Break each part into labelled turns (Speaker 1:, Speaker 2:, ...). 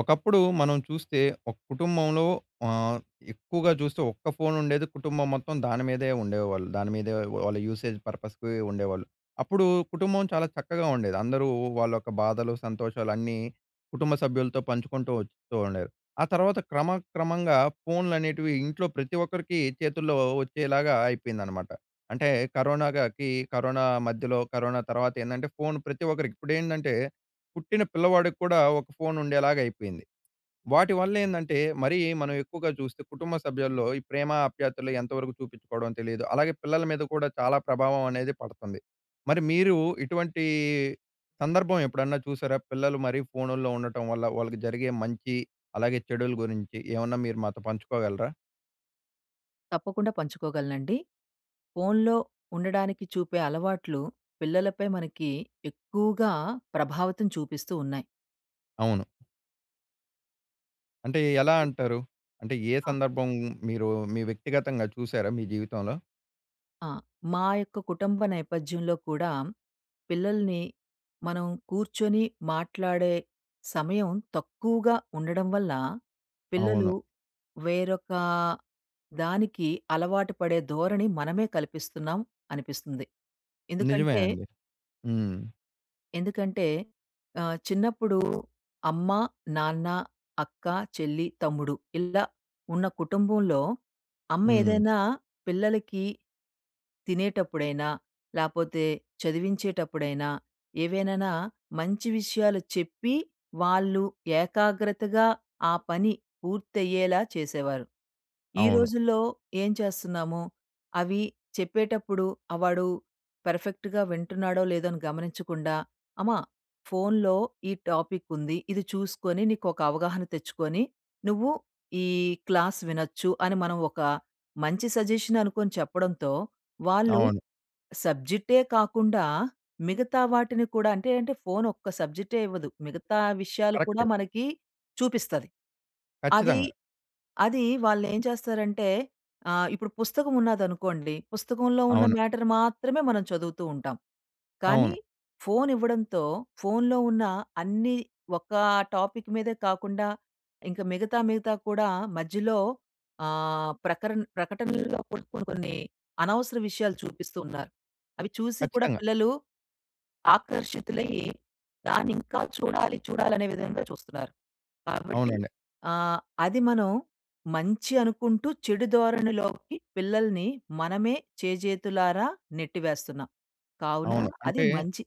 Speaker 1: ఒకప్పుడు మనం చూస్తే ఒక కుటుంబంలో ఆహ్, ఎక్కువగా చూస్తే ఒక్క ఫోన్ ఉండేది. కుటుంబం మొత్తం దాని మీదే ఉండేవాళ్ళు. దాని మీదే వాళ్ళ యూసేజ్ పర్పస్‌కి ఉండేవాళ్ళు. అప్పుడు కుటుంబం చాలా చక్కగా ఉండేది. అందరూ వాళ్ళ యొక్క బాధలు, సంతోషాలు అన్నీ కుటుంబ సభ్యులతో పంచుకుంటూ వస్తూ ఉండేరు. ఆ తర్వాత క్రమక్రమంగా ఫోన్‌లనేటివి ఇంట్లో ప్రతి ఒక్కరికి చేతుల్లో వచ్చేలాగా అయిపోయిందనమాట. అంటే కరోనాకి కరోనా మధ్యలో, కరోనా తర్వాత ఏందంటే ఫోన్ ప్రతి ఒక్కరికి ఇప్పుడేంటంటే పుట్టిన పిల్లవాడికి కూడా ఒక ఫోన్ ఉండేలాగా అయిపోయింది. వాటి వల్లేందంటే, మరీ మనం ఎక్కువగా చూస్తే కుటుంబ సభ్యుల్లో ఈ ప్రేమ, ఆప్యాయతలు ఎంతవరకు చూపిచ్చుకోవడం తెలీదు. అలాగే పిల్లల మీద కూడా చాలా ప్రభావం అనేది పడుతుంది. మరి మీరు ఇటువంటి సందర్భం ఎప్పుడన్నా చూసారా? పిల్లలు మరీ ఫోనుల్లో ఉండటం వల్ల వాళ్ళకి జరిగే మంచి, అలాగే చెడుల గురించి ఏమన్నా మీరు మాతో పంచుకోగలరా?
Speaker 2: తప్పకుండా పంచుకోగలనండి. ఫోన్‌లో ఉండడానికి చూపే అలవాట్లు పిల్లలపై మనకి ఎక్కువగా ప్రభావితం చూపిస్తూ ఉన్నాయి.
Speaker 1: అవును. అంటే ఎలా అంటారు? అంటే ఏ
Speaker 2: ఆ!
Speaker 1: సందర్భం మీరు మీ వ్యక్తిగతంగా చూసారా మీ జీవితంలో?
Speaker 2: ఆ! మా యొక్క కుటుంబ నేపథ్యంలో కూడా పిల్లల్ని మనం కూర్చొని మాట్లాడే సమయం తక్కువగా ఉండడం వల్ల పిల్లలు
Speaker 1: అవును.
Speaker 2: వేరొక దానికి అలవాటు పడే ధోరణి మనమే కల్పిస్తున్నాం అనిపిస్తుంది.
Speaker 1: నిజమే
Speaker 2: ఎందుకంటే
Speaker 1: అండి. హ్మ్.
Speaker 2: ఎందుకంటే చిన్నప్పుడు అమ్మ, నాన్న, అక్క, చెల్లి, తమ్ముడు ఇలా ఉన్న కుటుంబంలో అమ్మ
Speaker 1: హ్మ్.
Speaker 2: ఏదైనా పిల్లలకి తినేటప్పుడైనా, లేపోతే చదివించేటప్పుడైనా, ఏవేనైనా మంచి విషయాలు చెప్పి వాళ్ళు ఏకాగ్రతగా ఆ పని పూర్తయ్యేలా చేసేవారు. ఈ
Speaker 1: అవును.
Speaker 2: రోజుల్లో ఏం చేస్తున్నాము? అవి చెప్పేటప్పుడు ఆ వాడు పర్ఫెక్ట్‌గా వింటున్నాడో లేదో అని గమనించకుండా అమ్మా! ఫోనులో ఈ టాపికుంది. ఇది చూసుకొని నీకొక అవగాహన తెచ్చుకొని, నువ్వు ఈ క్లాస్ వినొచ్చు అని మనం ఒక మంచి సజెషన్ అనుకోని చెప్పడంతో, వాళ్ళు
Speaker 1: అవును.
Speaker 2: సబ్జెక్టే కాకుండా మిగతా వాటిని కూడా అంటే ఫోను ఒక్క సబ్జెక్టే ఇవ్వదు. మిగతా విషయాలు కూడా
Speaker 1: కరెక్టే.
Speaker 2: మనకి చూపిస్తది. అది,
Speaker 1: ఖచ్చితంగా.
Speaker 2: అది వాళ్ళేం చేస్తారంటే ఇప్పుడు పుస్తకం ఉన్నదనుకోండి. పుస్తకంలో ఉన్న
Speaker 1: అవును.
Speaker 2: మ్యాటర్ మాత్రమే మనం చదువుతూ ఉంటాం. కానీ
Speaker 1: అవును.
Speaker 2: ఫోను ఇవ్వడంతో, ఫోనులో ఉన్న అన్ని ఒక టాపిక్ మీదే కాకుండా, ఇంక మిగతా కూడా మధ్యలో ప్రకరణ ప్రకటనల్లో కూడా కొన్ని, కొన్ని అనవసర విషయాలు చూపిస్తూ ఉన్నారు. అవి చూసి కూడా
Speaker 1: ఖచ్చితంగా.
Speaker 2: పిల్లలు ఆకర్షితులయ్యి, దాన్ని ఇంకా చూడాలి, చూడాలనే విధంగా చూస్తున్నారు. కాబట్టి
Speaker 1: అవునండి.
Speaker 2: ఆహ్, అది మనం మంచి అనుకుంటూ చెడు ధోరణిలోకి పిల్లల్ని మనమే చేజేతులారా నెట్టివేస్తున్నాం. కావున
Speaker 1: అవును.
Speaker 2: అది
Speaker 1: అంటే
Speaker 2: మంచి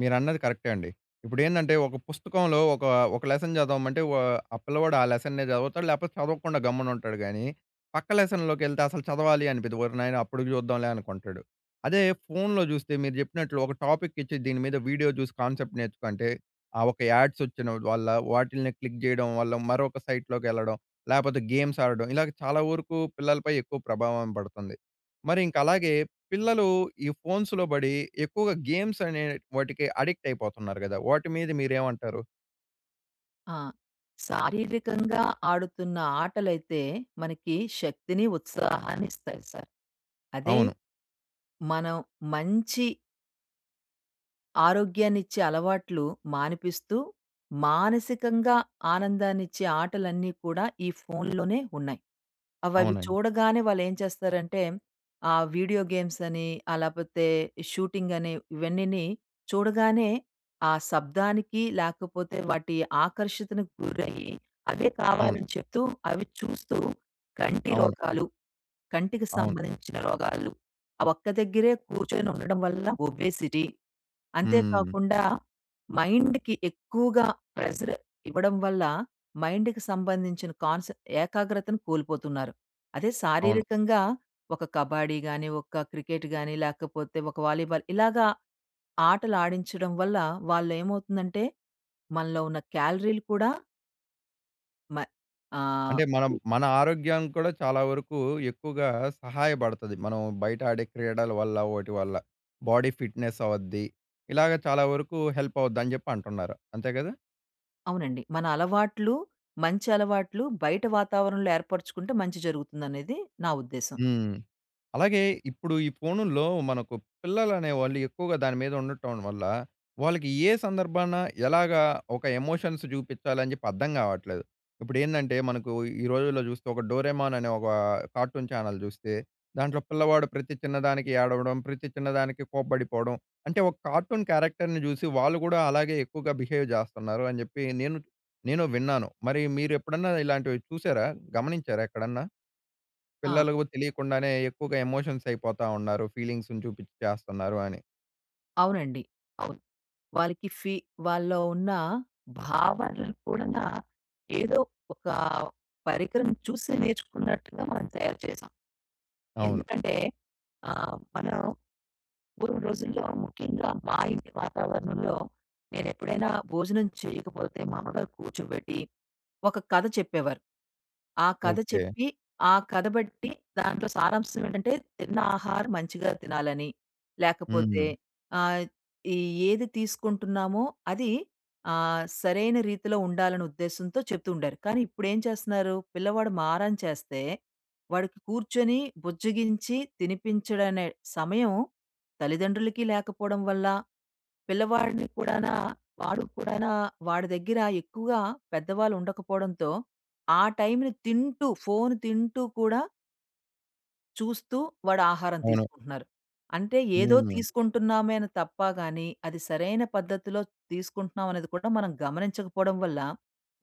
Speaker 1: మీరన్నది కరెక్టే అండి. ఇప్పుడేందంటే ఒక పుస్తకంలో ఒక లెసన్ చదవమంటే ఆ పిల్లవాడు ఆ లెసన్నే చదువుతాడు. లేపోతే చదవకుండా గమ్మునుంటాడు గానీ, పక్క లెసన్‌లోకెళ్తే అసలు చదవాలి అనిపియదు. ఓరి నాయన! అప్పుడు చూద్దాంలే అనుకుంటాడు. అదే ఫోన్‌లో జూస్తే మీరు జెప్పినట్లు ఒక టాపిక్ ఇచ్చి దీని మీద వీడియో జూసి కాన్సెప్ట్ నేర్చుకుంటే, ఆ ఒక యాడ్స్ వచ్చిన వల్ల వాటిల్ని క్లిక్ జేయడం వల్ల మరొక సైట్‌లోకెళ్ళడం, లేపోతే గేమ్స్ ఆడడం ఇలాగ చాలా వరకు పిల్లలపై ఎక్కువ ప్రభావం పడుతుంది. మరి ఇంక అలాగే పిల్లలు ఈ ఫోన్స్‌లో బడి ఎక్కువగా గేమ్స్ అనే వాటికి అడిక్ట్ అయిపోతున్నారు గదా! వాటి మీద మీరేమంటారు?
Speaker 2: ఆ! శారీరకంగా ఆడుతున్న ఆటలైతే మనకి శక్తిని, ఉత్సాహాన్ని ఇస్తాయి సార్. అదే
Speaker 1: అవును.
Speaker 2: మనం మంచి ఆరోగ్యాన్నిచ్చే అలవాట్లు మానిపిస్తూ, మానసికంగా ఆనందాన్నిచ్చే ఆటలన్నీ కూడా ఈ ఫోనులోనే ఉన్నాయి. అవవి
Speaker 1: అవునండి.
Speaker 2: చూడగానే వాళ్ళేం చేస్తారంటే, వీడియో గేమ్స్ అని, లేపోతే షూటింగ్ అని ఇవన్నీని చూడగానే ఆ శబ్దానికి, లేకపోతే వాటి ఆకర్షితకు గురయ్యి, అవే
Speaker 1: అవును.
Speaker 2: కావాలని చెప్తూ, అవి చూస్తూ కంటి
Speaker 1: అవును.
Speaker 2: రోగాలు కంటికి
Speaker 1: అవును.
Speaker 2: సంబంధించిన రోగాలు. ఆ ఒక్క దగ్గరే కూర్చొని ఉండడం వల్ల ఒబేసిటీ, అంతే
Speaker 1: హ్మ్.
Speaker 2: కాకుండా మైండ్‌కి ఎక్కువగా ప్రెషర్ ఇవ్వడం వల్ల మైండ్‌కి సంబంధించిన కాన్స్ ఏకాగ్రతను కోల్పోతున్నారు. అదే
Speaker 1: అవును.
Speaker 2: శారీరకంగా ఒక కబడ్డీ గాని, ఒక క్రికెట్ గాని, లేకపోతే ఒక వాలీబాల్ ఇలాగా ఆటలు ఆడించడం వల్ల వాళ్ళేమవుతుందంటే, మనలో ఉన్న క్యాలరీలు కూడా మ ఆహ్
Speaker 1: అంటే మనం మన ఆరోగ్యం కూడా చాలా వరకు ఎక్కువగా సహాయపడతది. మనం బయట ఆడే క్రీడల వల్ల, వాటి వల్ల. బాడీ ఫిట్‌నెస్ అవద్ది. ఇలాగ చాలా వరకు హెల్ప్ అవుద్దని జెప్పి అంటున్నారు. అంతే గదా?
Speaker 2: అవునండి. మన అలవాట్లు, మంచి అలవాట్లు బయట వాతావరణంలో ఏర్పరుచుకుంటే మంచి జరుగుతుందనేది నా ఉద్దేశం.
Speaker 1: హ్మ్. అలాగే ఇప్పుడు ఈ ఫోనుల్లో మనకు పిల్లలనేవాళ్ళు ఎక్కువగా దాని మీద ఉండటం వల్ల, వాళ్ళకి ఏ సందర్భాన ఎలాగా ఒక ఎమోషన్స్ చూపించాలని చెప్పి అర్థం కావట్లేదు. ఇప్పుడేందంటే మనకు ఈ రోజుల్లో చూస్తే ఒక 'డోరేమాన్' అనే ఒక కార్టూన్ ఛానెల్ చూస్తే, దాంట్లో పిల్లవాడు ప్రతి చిన్నదానికి ఏడవడం, ప్రతి చిన్నదానికి కోప్పడిపోవడం. అంటే ఒక కార్టూన్ క్యారెక్టర్‌ని చూసి వాళ్ళు కూడా అలాగే ఎక్కువగా బిహేవ్ చేస్తున్నారు అని చెప్పి నేను నేను విన్నాను. మరి మీరెప్పుడన్నా ఇలాంటివి చూసారా? గమనించారా ఎక్కడన్నా?
Speaker 2: ఆ!
Speaker 1: పిల్లలకు తెలియకుండానే ఎక్కువగా ఎమోషన్స్ అయిపోతా ఉన్నారు. ఫీలింగ్స్‌ని చూపించి చేస్తున్నారు అని.
Speaker 2: అవునండి. అవును. వాళ్ళకి ఫీ వాళ్ళలో ఉన్న భావనలు కూడా ఏదో ఒక పరికరం చూసి నేర్చుకున్నట్టుగా మనం తయారు చేసాం.
Speaker 1: అవును.
Speaker 2: ఎందుకంటే మనం పూర్వం రోజుల్లో ముఖ్యంగా మా ఇంటి వాతావరణంలో నేనెప్పుడైనా భోజనం చేయకపోతే మా అమ్మగారు కూర్చోబెట్టి ఒక కథ చెప్పేవారు. ఆ కథ
Speaker 1: ఓకే.
Speaker 2: చెప్పి, ఆ కథ బట్టి దాంట్లో సారాంశం ఏంటంటే తిన్న ఆహారం మంచిగా తినాలని,
Speaker 1: హ్మ్.
Speaker 2: లేకపోతే ఆహ్, ఈ ఏది తీసుకుంటున్నామో అది సరైన రీతిలో ఉండాలనే ఉద్దేశంతో చెప్తూ ఉండారు. కానీ ఇప్పుడేం చేస్తున్నారు, పిల్లవాడు మారం చేస్తే వాడికి కూర్చొని బుజ్జగించి తినిపించడనే సమయం తల్లిదండ్రులకి లేకపోవడం వల్ల పిల్లవాడిని కూడానా వాడు కూడానా వాడి దగ్గర ఎక్కువగా పెద్దవాళ్ళు ఉండకపోవడంతో, ఆ టైంని తింటూ, ఫోను తింటూ కూడా చూస్తూ వాడు ఆహారం
Speaker 1: అవును.
Speaker 2: తీసుకుంటున్నారు. అంటే ఏదో
Speaker 1: హ్మ్.
Speaker 2: తీసుకుంటున్నామేన తప్ప గాని, అది సరైన పద్ధతిలో తీసుకుంటున్నాం అనేది కూడా మనం గమనించకపోవడం వల్ల,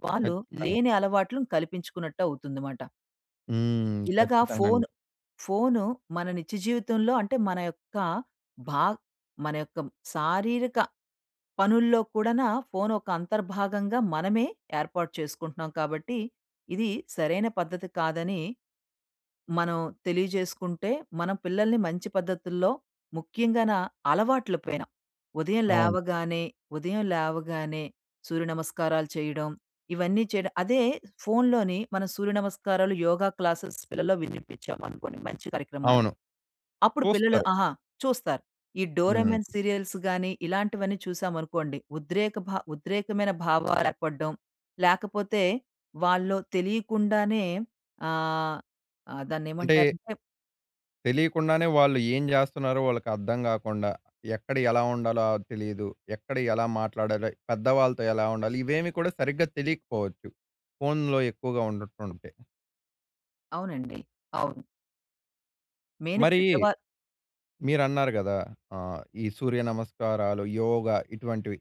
Speaker 2: వాళ్ళు
Speaker 1: ఖచ్చితంగా.
Speaker 2: లేని అలవాట్లను కల్పించుకున్నట్టు అవుతుందమాట.
Speaker 1: హ్మ్.
Speaker 2: ఇలాగా
Speaker 1: ఖచ్చితంగా అండి.
Speaker 2: ఫోను మన నిత్య జీవితంలో అంటే భా మన యొక్క శారీరక పనుల్లో కూడానా ఫోను ఒక అంతర్భాగంగా మనమే ఏర్పాటు చేసుకుంటున్నాం కాబట్టి, ఇది సరైన పద్ధతి కాదని మనం తెలియజేసుకుంటే, మనం పిల్లల్ని మంచి పద్ధతుల్లో ముఖ్యంగాన అలవాట్ల పైన ఉదయం
Speaker 1: అవును.
Speaker 2: లేవగానే ఉదయం లేవగానే సూర్య నమస్కారాలు చేయడం, ఇవన్నీ చేయడం అదే ఫోనులోని మనం సూర్య నమస్కారాలు, యోగా క్లాసెస్ పిల్లల్లో వినిపించామనుకోండి మంచి కార్యక్రమాలు.
Speaker 1: అవును.
Speaker 2: అప్పుడు పిల్లలు
Speaker 1: చూస్తారు.
Speaker 2: ఆహా! చూస్తారు. ఈ
Speaker 1: హ్మ్.
Speaker 2: డోరేమోన్ సీరియల్స్ గాని, ఇలాంటివన్నీ చూసామనుకోండి. ఉద్రేకమైన భావాలు ఏర్పడడం, లేకపోతే వాళ్ళు తెలియకుండానే ఆహ్, ఆహ్,
Speaker 1: అంటే
Speaker 2: దాన్నేమంటారంటే
Speaker 1: తెలియకుండానే వాళ్ళు ఏం జేస్తున్నారో వాళ్ళకి అర్థం గాకుండా, ఎక్కడ ఎలా ఉండాలో తెలీదు. ఎక్కడ ఎలా మాట్లాడాలో, పెద్దవాళ్ళతో ఎలా ఉండాలి, ఇవేమి కూడా సరిగ్గా తెలియకపోవచ్చు. ఫోన్‌లో ఎక్కువగా ఉండటుంటే.
Speaker 2: అవునండి. అవును. మెయిన్
Speaker 1: మరి
Speaker 2: పెద్దవాళ్ళు
Speaker 1: మీరన్నారు గదా! ఈ సూర్య నమస్కారాలు, యోగా ఇటువంటివి.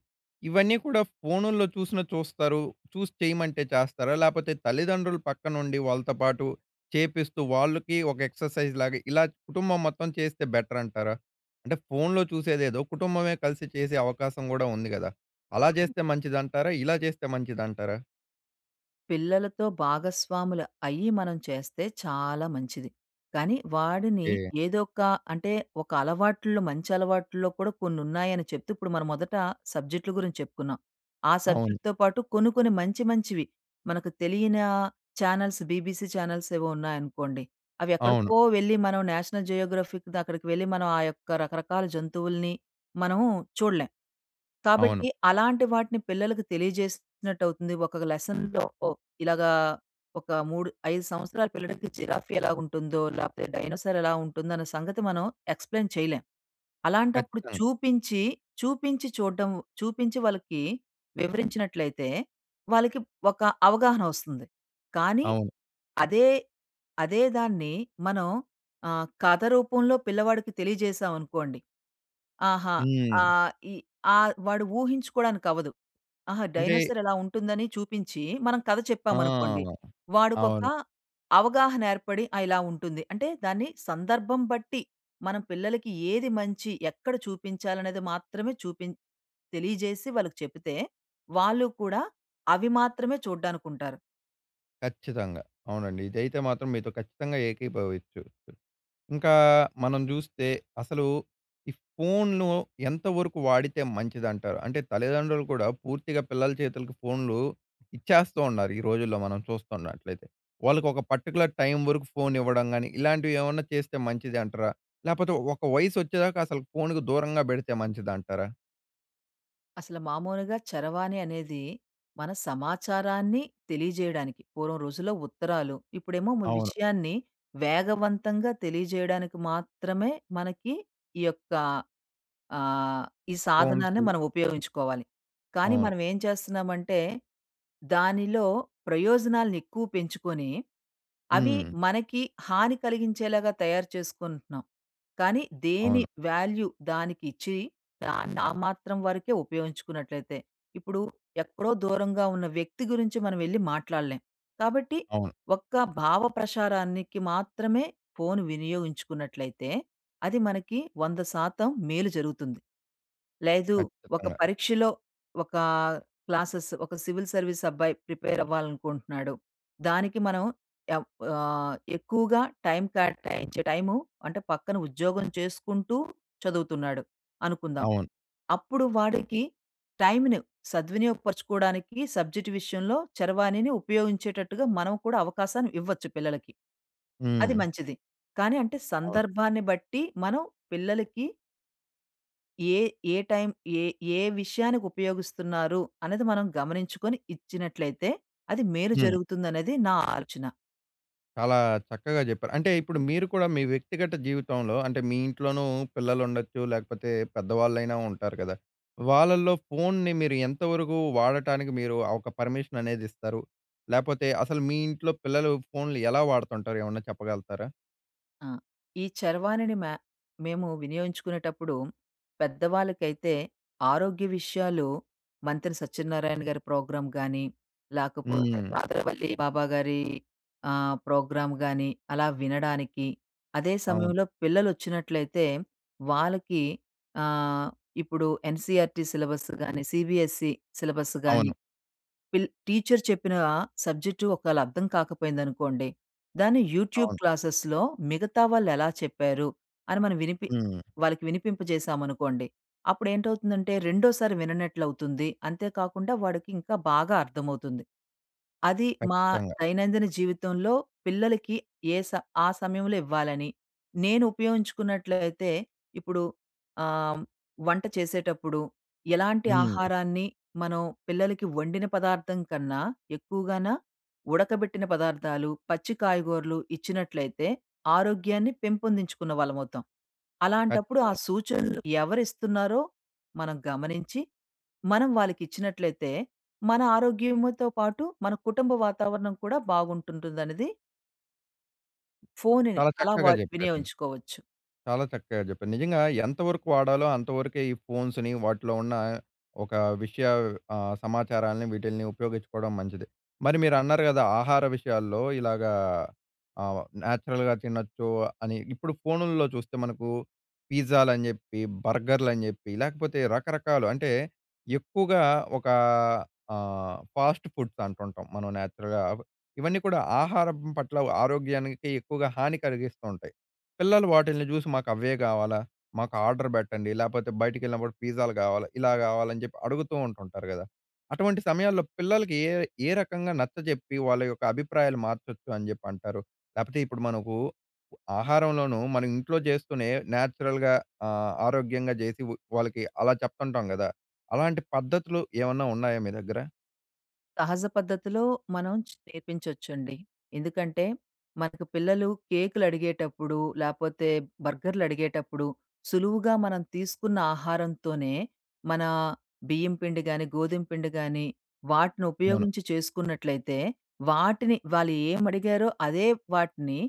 Speaker 1: ఇవన్నీ కూడా ఫోనుల్లో చూసినా చూస్తారు, చూసి చేయమంటే చేస్తారా? లేపోతే తల్లిదండ్రులు పక్కనుండి వాళ్ళతో పాటు చేపిస్తూ వాళ్ళకి ఒక ఎక్సర్‌సైజ్ లాగా ఇలా కుటుంబం మొత్తం చేస్తే బెటర్ అంటారా? అంటే ఫోనులో చూసేదేదో కుటుంబమే కలిసి చేసే అవకాశం గూడా ఉంది గదా! అలా
Speaker 2: అవును.
Speaker 1: చేస్తే మంచిదంటారా? ఇలా చేస్తే మంచిదంటారా?
Speaker 2: పిల్లలతో భాగస్వాములు అయ్యి మనం చేస్తే చాలా మంచిది. కానీ వాడిని
Speaker 1: ఓకే.
Speaker 2: ఏదో ఒక అంటే ఒక అలవాట్లో మంచి అలవాట్లో కూడా కొన్నున్నాయని చెప్తూ ఇప్పుడు మనం మొదట సబ్జెక్ట్‌ల గురించి చెప్పుకున్నాం. ఆ
Speaker 1: అవును.
Speaker 2: సబ్జెక్ట్‌తో పాటు కొన్ని కొన్ని మంచి మంచివి మనకు తెలియని ఛానల్స్ బీబీసీ ఛానల్స్ ఏవో ఉన్నాయనుకోండి. అవి
Speaker 1: అవును.
Speaker 2: ఎక్కడికో వెళ్లి మనం నేషనల్ జియోగ్రఫిక్ అక్కడికి వెళ్లి మనం ఆ యొక్క రకరకాల జంతువుల్ని మనం చూడలేం. కాబట్టి
Speaker 1: అవును.
Speaker 2: అలాంటి వాటిని పిల్లలకి తెలియజేసినట్టవుతుంది. ఒక లెసన్‌లో ఇలాగా ఒక 3, 5 సంవత్సరాల పిల్లడికి జిరాఫీ ఎలాగుంటుందో, లేపోతే డైనోసార్ ఎలా ఉంటుందన్న సంగతి మనం ఎక్స్‌ప్లెయిన్ చేయలేం. అలాంటప్పుడు
Speaker 1: ఖచ్చితంగా.
Speaker 2: చూపించి, చూపించి చూడ్డం చూపించి వాళ్ళకి వివరించినట్లయితే, వాళ్ళకి ఒక అవగాహన ఒస్తుంది. కానీ
Speaker 1: అవును.
Speaker 2: అదే, అదే దాన్ని మనం కథ రూపంలో పిల్లవాడికి తెలియజేశామనుకోండి ఆహా!
Speaker 1: హ్మ్.
Speaker 2: ఆహ్, ఈ వాడు ఊహించుకోవడానికవ్వదు. ఆహా!
Speaker 1: అంటే
Speaker 2: డైనోసార్ ఇలా ఉంటుందని చూపించి, మనం కథ చెప్పామనుకోండి.
Speaker 1: ఆ!
Speaker 2: వాడికొక
Speaker 1: అవును.
Speaker 2: అవగాహన ఏర్పడి, ఆ! ఇలా ఉంటుంది. అంటే దాన్ని సందర్భం బట్టి, మనం పిల్లలకి ఏది మంచి, ఎక్కడ చూపించాలనేది మాత్రమే తెలియజేసి వాళ్ళకి చెప్తే, వాళ్ళు కూడా అవి మాత్రమే చూడ్డానికుంటారు.
Speaker 1: ఖచ్చితంగా. అవునండి. ఇదైతే మాత్రం మీతో ఖచ్చితంగా ఏకీభవించొచ్చు. ఇంకా మనం జూస్తే అసలు ఈ ఫోన్‌ను ఎంతవరకు వాడితే మంచిదంటారు? అంటే తల్లిదండ్రులు కూడా పూర్తిగా పిల్లల చేతులకి ఫోన్‌లు ఇచ్చేస్తూ ఉన్నారు. ఈ రోజుల్లో మనం చూస్తున్నట్లయితే. వాళ్ళకి ఒక పర్టిక్యులర్ టైం వరకు ఫోన్ ఇవ్వడం గాని, ఇలాంటివి ఏమన్నా చేస్తే మంచిదంటారా? లేపోతే ఒక వయసొచ్చేదాకా అసలు ఫోన్‌కి దూరంగా బెడితే మంచిదంటారా?
Speaker 2: అసలు మామూలుగా చరవాణి అనేది మన సమాచారాన్ని తెలియజేయడానికి పూర్వం రోజుల్లో ఉత్తరాలు ఇప్పుడేమో
Speaker 1: అవును.
Speaker 2: విషయాన్ని వేగవంతంగా తెలియజేయడానికి మాత్రమే మనకి ఈ యొక్క ఆహ్, ఈ
Speaker 1: ఫోన్స్.
Speaker 2: సాధనాన్ని మనం ఉపయోగించుకోవాలి. కానీ
Speaker 1: అవును.
Speaker 2: మనం ఏం చేస్తున్నామంటే, దానిలో ప్రయోజనాలను ఎక్కువ పెంచుకొని, అవి
Speaker 1: హ్మ్.
Speaker 2: మనకి హాని కలిగించేలాగా తయారు చేసుకుంటున్నాం. కానీ దేని
Speaker 1: అవును.
Speaker 2: వాల్యూ దానికిచ్చి, దాన్ని ఆ మాత్రం వరకే ఉపయోగించుకున్నట్లయితే, ఇప్పుడు ఎక్కడో దూరంగా ఉన్న వ్యక్తి గురించి మనం వెళ్లి మాట్లాడలేం. కాబట్టి,
Speaker 1: అవును.
Speaker 2: ఒక్క భావ ప్రసారానికి మాత్రమే ఫోను వినియోగించుకున్నట్లయితే అది మనకి 100% మేలు జరుగుతుంది. లేదు ఒక
Speaker 1: ఖచ్చితంగా.
Speaker 2: పరీక్షలో ఒక క్లాసెస్ ఒక సివిల్ సర్వీస్ అబ్బాయి ప్రిపేర్ అవ్వాలనుకుంటున్నాడు. దానికి మనం ఎవ్ ఎక్కువగా టైం కేటాయించే టైము అంటే పక్కన ఉద్యోగం చేసుకుంటూ చదువుతున్నాడు అనుకుందాం.
Speaker 1: అవును.
Speaker 2: అప్పుడు వాడికి టైంని సద్వినియోగపరుచుకోవడానికి సబ్జెక్ట్ విషయంలో చరవాణిని ఉపయోగించేటట్టుగా మనం కూడా అవకాశాన్ని ఇవ్వచ్చు పిల్లలకి. అది
Speaker 1: హ్మ్.
Speaker 2: మంచిది. కానీ అంటే
Speaker 1: అవును.
Speaker 2: సందర్భాన్ని బట్టి మనం పిల్లలకి ఏ, ఏ టైం ఏ, ఏ విషయానికి ఉపయోగిస్తున్నారు అనేది మనం గమనించుకొని ఇచ్చినట్లయితే అది మేలు
Speaker 1: హ్మ్.
Speaker 2: జరుగుతుందనేది నా ఆలోచన.
Speaker 1: చాలా చక్కగా జెప్పారు. అంటే ఇప్పుడు మీరు కూడా మీ వ్యక్తిగత జీవితంలో అంటే మీ ఇంట్లోనూ పిల్లలుండొచ్చు, లేకపోతే పెద్దవాళ్ళైనా ఉంటారు కదా! వాళ్ళల్లో ఫోన్‌ని మీరు ఎంతవరకు వాడటానికి మీరు ఒక పర్మిషన్ అనేది ఇస్తారు? లేపోతే అసలు మీ ఇంట్లో పిల్లలు ఫోన్‌లు ఎలా వాడుతుంటారు? ఏమన్నా చెప్పగలుగుతారా?
Speaker 2: ఆ! ఈ చరవాణిని మేము వినియోగించుకునేటప్పుడు, పెద్దవాళ్ళకైతే ఆరోగ్య విషయాలు మంత్రి సత్యనారాయణ గారి ప్రోగ్రామ్ గాని, లేకపోతే
Speaker 1: హ్మ్.
Speaker 2: కాదరవల్లి బాబా గారి ప్రోగ్రామ్ గాని అలా వినడానికి, అదే
Speaker 1: అవును.
Speaker 2: సమయంలో పిల్లలొచ్చినట్లయితే వాళ్ళకి ఆహ్, ఇప్పుడు ఎన్‌సీఈఆర్‌టీ సిలబస్ గాని, సీబీఎస్‌ఈ సిలబస్ గాని
Speaker 1: అవును.
Speaker 2: టీచర్ చెప్పిన సబ్జెక్టు ఒకవేళ అర్థం కాకపోయిందనుకోండి, దాన్ని యూట్యూబ్
Speaker 1: అవును.
Speaker 2: క్లాసెస్‌లో మిగతా వాళ్ళెలా చెప్పారు అని మనం
Speaker 1: హ్మ్.
Speaker 2: వాళ్ళకి వినిపింపజేశామనుకోండి, అప్పుడేంటవుతుందంటే రెండోసారి విననట్లవుతుంది. అంతే కాకుండా వాడికి ఇంకా బాగా అర్థమవుతుంది. అది మా
Speaker 1: ఖచ్చితంగా.
Speaker 2: దైనందిన జీవితంలో పిల్లలకి ఏ స ఆ సమయంలో ఇవ్వాలని, నేను ఉపయోగించుకున్నట్లయితే ఇప్పుడు ఆహ్, వంట చేసేటప్పుడు ఎలాంటి
Speaker 1: హ్మ్.
Speaker 2: ఆహారాన్ని మనం పిల్లలకి వండిన పదార్థం కన్నా ఎక్కువగాన ఉడకబెట్టిన పదార్థాలు, పచ్చి కాయగూరలు ఇచ్చినట్లయితే ఆరోగ్యాన్ని పెంపొందించుకున్న వాళ్ళమవుతాం. అలాంటప్పుడు
Speaker 1: ఖచ్చితంగా.
Speaker 2: ఆ సూచనలు ఎవరిస్తున్నారో మనం గమనించి, మనం వాళ్ళకిచ్చినట్లయితే మన ఆరోగ్యంతో పాటు మన కుటుంబ వాతావరణం కూడా బాగుంటుంటుందనేది ఫోనుని
Speaker 1: చాలా
Speaker 2: అలా
Speaker 1: చక్కగా జెప్పారు.
Speaker 2: వినియోగించుకోవచ్చు.
Speaker 1: చాలా చక్కగా చెప్పారు. నిజంగా ఎంతవరకు వాడాలో అంతవరకే ఈ ఫోన్స్‌ని, వాటిలో ఉన్న ఒక విషయ సమాచారాల్ని వీటిల్ని ఉపయోగించుకోవడం మంచిది. మరి మీరన్నారు కదా! ఆహార విషయాల్లో ఇలాగా నేచురల్‌గా తినొచ్చు అని. ఇప్పుడు ఫోనుల్లో చూస్తే మనకు పిజ్జాలని చెప్పి, బర్గర్‌లని చెప్పి, లేకపోతే రకరకాలు అంటే ఎక్కువగా ఒక ఫాస్ట్ ఫుడ్స్ అంటుంటాం మనం నేచురల్‌గా. ఇవన్నీ కూడా ఆహారం పట్ల ఆరోగ్యానికి ఎక్కువగా హాని కలిగిస్తూ ఉంటాయి. పిల్లలు వాటిల్ని జూసి మాకవ్వే గావాలా, మాకు ఆర్డర్ బెట్టండి, లేపోతే బయటికెళ్ళినప్పుడు పిజ్జాలు గావాలా, ఇలా గావాలని జెప్పి అడుగుతూ ఉంటుంటారు గదా! అటువంటి సమయాల్లో పిల్లలకి ఏ ఏ రకంగా నచ్చజెప్పి వాళ్ళ యొక్క అభిప్రాయాలు మార్చొచ్చు అని జెప్పంటారు? లేపోతే ఇప్పుడు మనకు ఆహారంలోనూ మనం ఇంట్లో జేస్తూనే నేచురల్‌గా ఆరోగ్యంగా జేసి వాళ్ళకి అలా చెప్తుంటాం గదా! అలాంటి పద్ధతులు ఏమన్నా ఉన్నాయా మీ దగ్గర?
Speaker 2: సహజ పద్ధతిలో మనం నేర్పించొచ్చండి. ఎందుకంటే, మనకు పిల్లలు కేకులు అడిగేటప్పుడు, లేపోతే బర్గర్‌లు అడిగేటప్పుడు, సులువుగా మనం తీసుకున్న ఆహారంతోనే మన బియ్యం పిండి గాని, గోధుమ పిండి గాని, వాటిని
Speaker 1: అవును.
Speaker 2: ఉపయోగించి చేసుకున్నట్లయితే, వాటిని వాళ్ళు ఏమడిగారో అదే వాటిని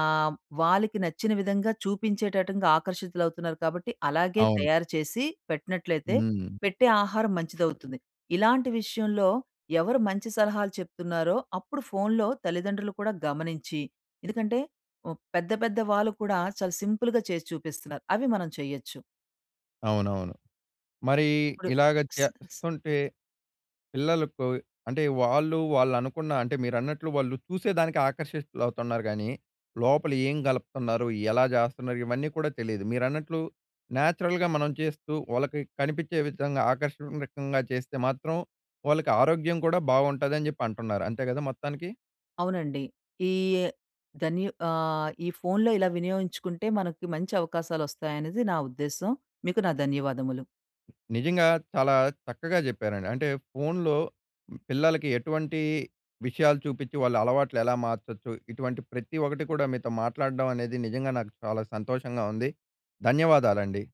Speaker 2: ఆహ్, వాళ్ళకి నచ్చిన విధంగా చూపించేటటంగా ఆకర్షితులవుతున్నారు కాబట్టి, అలాగే
Speaker 1: అవును.
Speaker 2: తయారు చేసి పెట్టినట్లయితే,
Speaker 1: హ్మ్.
Speaker 2: పెట్టే ఆహారం మంచిదవుతుంది. ఇలాంటి విషయంలో ఎవరు మంచి సలహాలు చెప్తున్నారో అప్పుడు ఫోన్‌లో తల్లిదండ్రులు కూడా గమనించి, ఎందుకంటే ఓహ్, పెద్ద పెద్ద వాళ్ళు కూడా చాలా సింపుల్‌గా చేసి చూపిస్తున్నారు. అవి మనం చేయొచ్చు.
Speaker 1: అవునవును. మరి
Speaker 2: ఇప్పుడు
Speaker 1: ఇలాగ
Speaker 2: స్ స్
Speaker 1: చేస్తుంటే పిల్లలకు అంటే వాళ్ళనుకున్న అంటే మీరన్నట్లు వాళ్ళు చూసేదానికి ఆకర్షితులవుతున్నారు గానీ, లోపల ఏం కలుపుతున్నారు? ఎలా చేస్తున్నారు? ఇవన్నీ కూడా తెలీదు. మీరన్నట్లు నేచురల్‌గా మనం చేస్తూ వాళ్ళకి కనిపించే విధంగా ఆకర్షణీయంగా చేస్తే మాత్రం వాళ్ళకి ఆరోగ్యం కూడా బాగుంటదని జెప్పి అంటున్నారు. అంతే గదా మొత్తానికి?
Speaker 2: అవునండి. ఈ ఈ ఫోన్‌లో ఇలా వినియోగించుకుంటే మనకి మంచి అవకాశాలొస్తాయనేది నా ఉద్దేశ్యం. మీకు నా ధన్యవాదములు.
Speaker 1: నిజంగా చాలా చక్కగా చెప్పారండి. అంటే ఫోన్‌లో పిల్లలకి ఎటువంటి విషయాలు చూపించి వాళ్ళ అలవాట్లు ఎలా మార్చొచ్చు? ఇటువంటి ప్రతి ఒక్కటి కూడా మీతో మాట్లాడడం అనేది నిజంగా నాకు చాలా సంతోషంగా ఉంది. ధన్యవాదాలండి.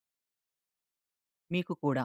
Speaker 2: మీకు కూడా.